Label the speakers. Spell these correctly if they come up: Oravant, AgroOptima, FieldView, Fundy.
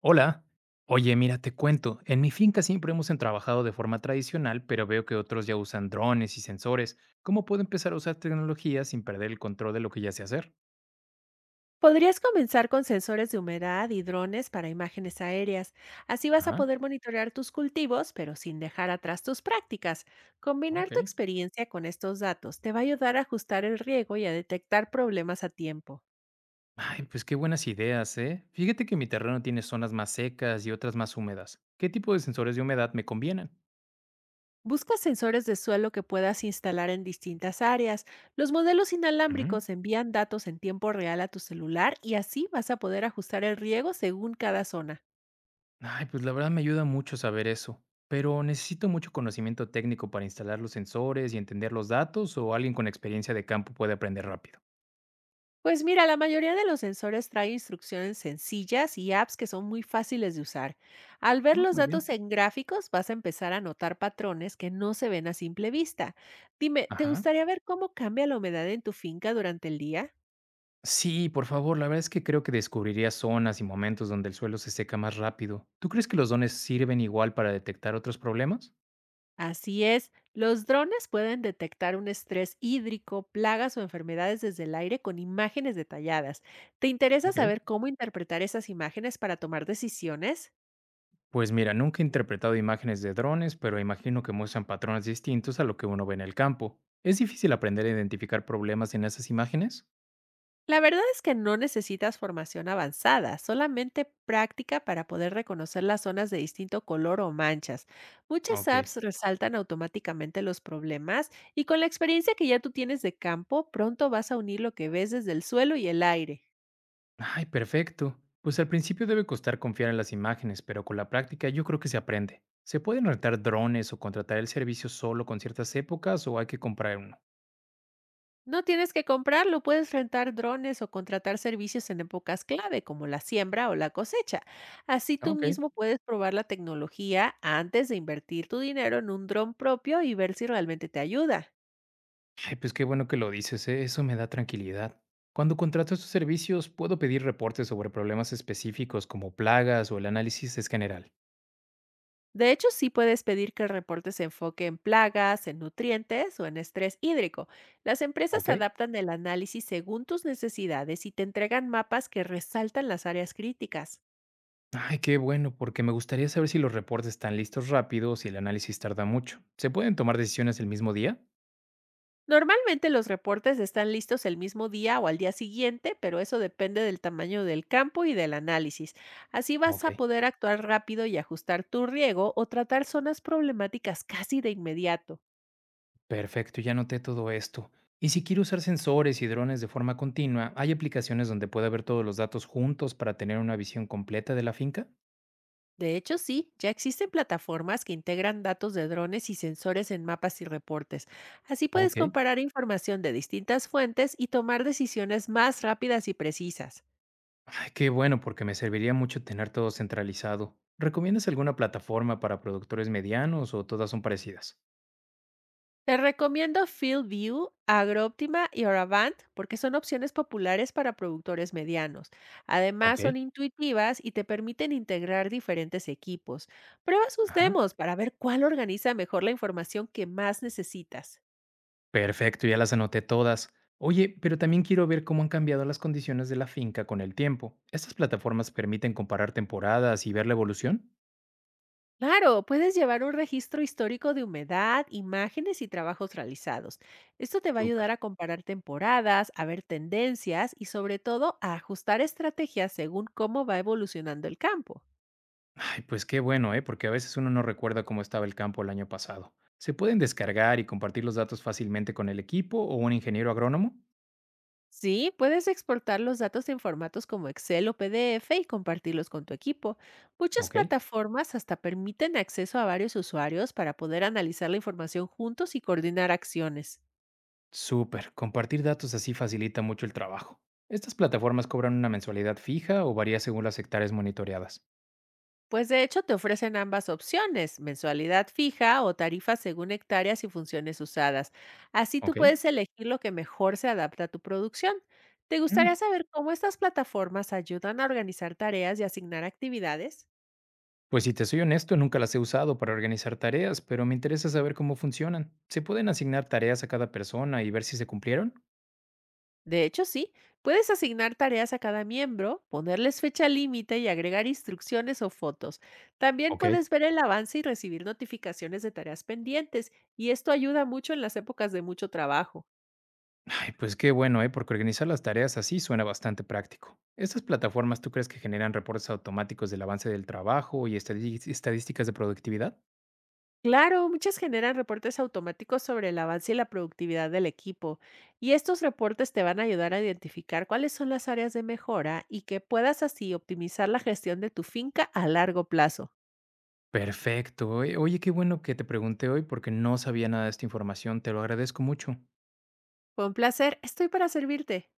Speaker 1: Hola. Oye, mira, te cuento, en mi finca siempre hemos trabajado de forma tradicional, pero veo que otros ya usan drones y sensores. ¿Cómo puedo empezar a usar tecnología sin perder el control de lo que ya sé hacer?
Speaker 2: Podrías comenzar con sensores de humedad y drones para imágenes aéreas. Así vas a
Speaker 1: Ajá,
Speaker 2: poder monitorear tus cultivos, pero sin dejar atrás tus prácticas. Combinar
Speaker 1: ok.
Speaker 2: tu experiencia con estos datos te va a ayudar a ajustar el riego y a detectar problemas a tiempo.
Speaker 1: Ay, pues qué buenas ideas, ¿eh? Fíjate que mi terreno tiene zonas más secas y otras más húmedas. ¿Qué tipo de sensores de humedad me convienen?
Speaker 2: Busca sensores de suelo que puedas instalar en distintas áreas. Los modelos
Speaker 1: Ujú.
Speaker 2: inalámbricos envían datos en tiempo real a tu celular y así vas a poder ajustar el riego según cada zona.
Speaker 1: Ay, pues la verdad me ayuda mucho saber eso, pero necesito mucho conocimiento técnico para instalar los sensores y entender los datos o alguien con experiencia de campo puede aprender rápido.
Speaker 2: Pues mira, la mayoría de los sensores trae instrucciones sencillas y apps que son muy fáciles de usar. Al ver
Speaker 1: No,
Speaker 2: los
Speaker 1: muy bien.
Speaker 2: datos en gráficos vas a empezar a notar patrones que no se ven a simple vista. Dime, ¿te
Speaker 1: Ajá.
Speaker 2: gustaría ver cómo cambia la humedad en tu finca durante el día?
Speaker 1: Sí, por favor, la verdad es que creo que descubriría zonas y momentos donde el suelo se seca más rápido. ¿Tú crees que los dones sirven igual para detectar otros problemas?
Speaker 2: Así es, los drones pueden detectar un estrés hídrico, plagas o enfermedades desde el aire con imágenes detalladas. ¿Te interesa
Speaker 1: Ok.
Speaker 2: saber cómo interpretar esas imágenes para tomar decisiones?
Speaker 1: Pues mira, nunca he interpretado imágenes de drones, pero imagino que muestran patrones distintos a lo que uno ve en el campo. ¿Es difícil aprender a identificar problemas en esas imágenes?
Speaker 2: La verdad es que no necesitas formación avanzada, solamente práctica para poder reconocer las zonas de distinto color o manchas. Muchas
Speaker 1: Ok.
Speaker 2: apps resaltan automáticamente los problemas y, con la experiencia que ya tú tienes de campo, pronto vas a unir lo que ves desde el suelo y el aire.
Speaker 1: Ay, perfecto. Pues al principio debe costar confiar en las imágenes, pero con la práctica yo creo que se aprende. ¿Se pueden rentar drones o contratar el servicio solo con ciertas épocas o hay que comprar uno?
Speaker 2: No tienes que comprarlo, puedes rentar drones o contratar servicios en épocas clave como la siembra o la cosecha. Así tú
Speaker 1: Ok.
Speaker 2: mismo puedes probar la tecnología antes de invertir tu dinero en un dron propio y ver si realmente te ayuda.
Speaker 1: Ay, pues qué bueno que lo dices, ¿eh? Eso me da tranquilidad. Cuando contrato estos servicios, puedo pedir reportes sobre problemas específicos como plagas o el análisis es general.
Speaker 2: De hecho, sí puedes pedir que el reporte se enfoque en plagas, en nutrientes o en estrés hídrico. Las empresas
Speaker 1: ¿Ok?
Speaker 2: adaptan el análisis según tus necesidades y te entregan mapas que resaltan las áreas críticas.
Speaker 1: Ay, qué bueno, porque me gustaría saber si los reportes están listos rápido o si el análisis tarda mucho. ¿Se pueden tomar decisiones el mismo día?
Speaker 2: Normalmente los reportes están listos el mismo día o al día siguiente, pero eso depende del tamaño del campo y del análisis. Así vas
Speaker 1: Ok.
Speaker 2: a poder actuar rápido y ajustar tu riego o tratar zonas problemáticas casi de inmediato.
Speaker 1: Perfecto, ya noté todo esto. Y si quiero usar sensores y drones de forma continua, ¿hay aplicaciones donde pueda ver todos los datos juntos para tener una visión completa de la finca?
Speaker 2: De hecho, sí, ya existen plataformas que integran datos de drones y sensores en mapas y reportes. Así puedes
Speaker 1: Ok.
Speaker 2: comparar información de distintas fuentes y tomar decisiones más rápidas y precisas.
Speaker 1: Ay, qué bueno, porque me serviría mucho tener todo centralizado. ¿Recomiendas alguna plataforma para productores medianos o todas son parecidas?
Speaker 2: Te recomiendo FieldView, AgroOptima y Oravant porque son opciones populares para productores medianos.
Speaker 1: Ok.
Speaker 2: Además, son intuitivas y te permiten integrar diferentes equipos. Prueba sus
Speaker 1: Ajá.
Speaker 2: demos para ver cuál organiza mejor la información que más necesitas.
Speaker 1: Perfecto, ya las anoté todas. Oye, pero también quiero ver cómo han cambiado las condiciones de la finca con el tiempo. ¿Estas plataformas permiten comparar temporadas y ver la evolución?
Speaker 2: Claro, puedes llevar un registro histórico de humedad, imágenes y trabajos realizados. Esto te va a
Speaker 1: Súper.
Speaker 2: ayudar a comparar temporadas, a ver tendencias y, sobre todo, a ajustar estrategias según cómo va evolucionando el campo.
Speaker 1: Ay, pues qué bueno, ¿eh? Porque a veces uno no recuerda cómo estaba el campo el año pasado. ¿Se pueden descargar y compartir los datos fácilmente con el equipo o un ingeniero agrónomo?
Speaker 2: Sí, puedes exportar los datos en formatos como Excel o PDF y compartirlos con tu equipo. Muchas
Speaker 1: Ok.
Speaker 2: plataformas hasta permiten acceso a varios usuarios para poder analizar la información juntos y coordinar acciones.
Speaker 1: Súper, compartir datos así facilita mucho el trabajo. Estas plataformas cobran una mensualidad fija o varía según las hectáreas monitoreadas.
Speaker 2: Pues de hecho te ofrecen ambas opciones: mensualidad fija o tarifa según hectáreas y funciones usadas. Así tú
Speaker 1: ¿Ok?
Speaker 2: puedes elegir lo que mejor se adapta a tu producción. ¿Te gustaría
Speaker 1: Mm.
Speaker 2: saber cómo estas plataformas ayudan a organizar tareas y asignar actividades?
Speaker 1: Pues si te soy honesto, nunca las he usado para organizar tareas, pero me interesa saber cómo funcionan. ¿Se pueden asignar tareas a cada persona y ver si se cumplieron?
Speaker 2: De hecho, sí, puedes asignar tareas a cada miembro, ponerles fecha límite y agregar instrucciones o fotos. También
Speaker 1: Ok.
Speaker 2: puedes ver el avance y recibir notificaciones de tareas pendientes, y esto ayuda mucho en las épocas de mucho trabajo.
Speaker 1: Ay, pues qué bueno, ¿eh? Porque organizar las tareas así suena bastante práctico. ¿Estas plataformas tú crees que generan reportes automáticos del avance del trabajo y estadísticas de productividad?
Speaker 2: Claro, muchas generan reportes automáticos sobre el avance y la productividad del equipo, y estos reportes te van a ayudar a identificar cuáles son las áreas de mejora y que puedas así optimizar la gestión de tu finca a largo plazo.
Speaker 1: Perfecto. Oye, oye, qué bueno que te pregunté hoy porque no sabía nada de esta información. Te lo agradezco mucho.
Speaker 2: Fue un placer, estoy para servirte.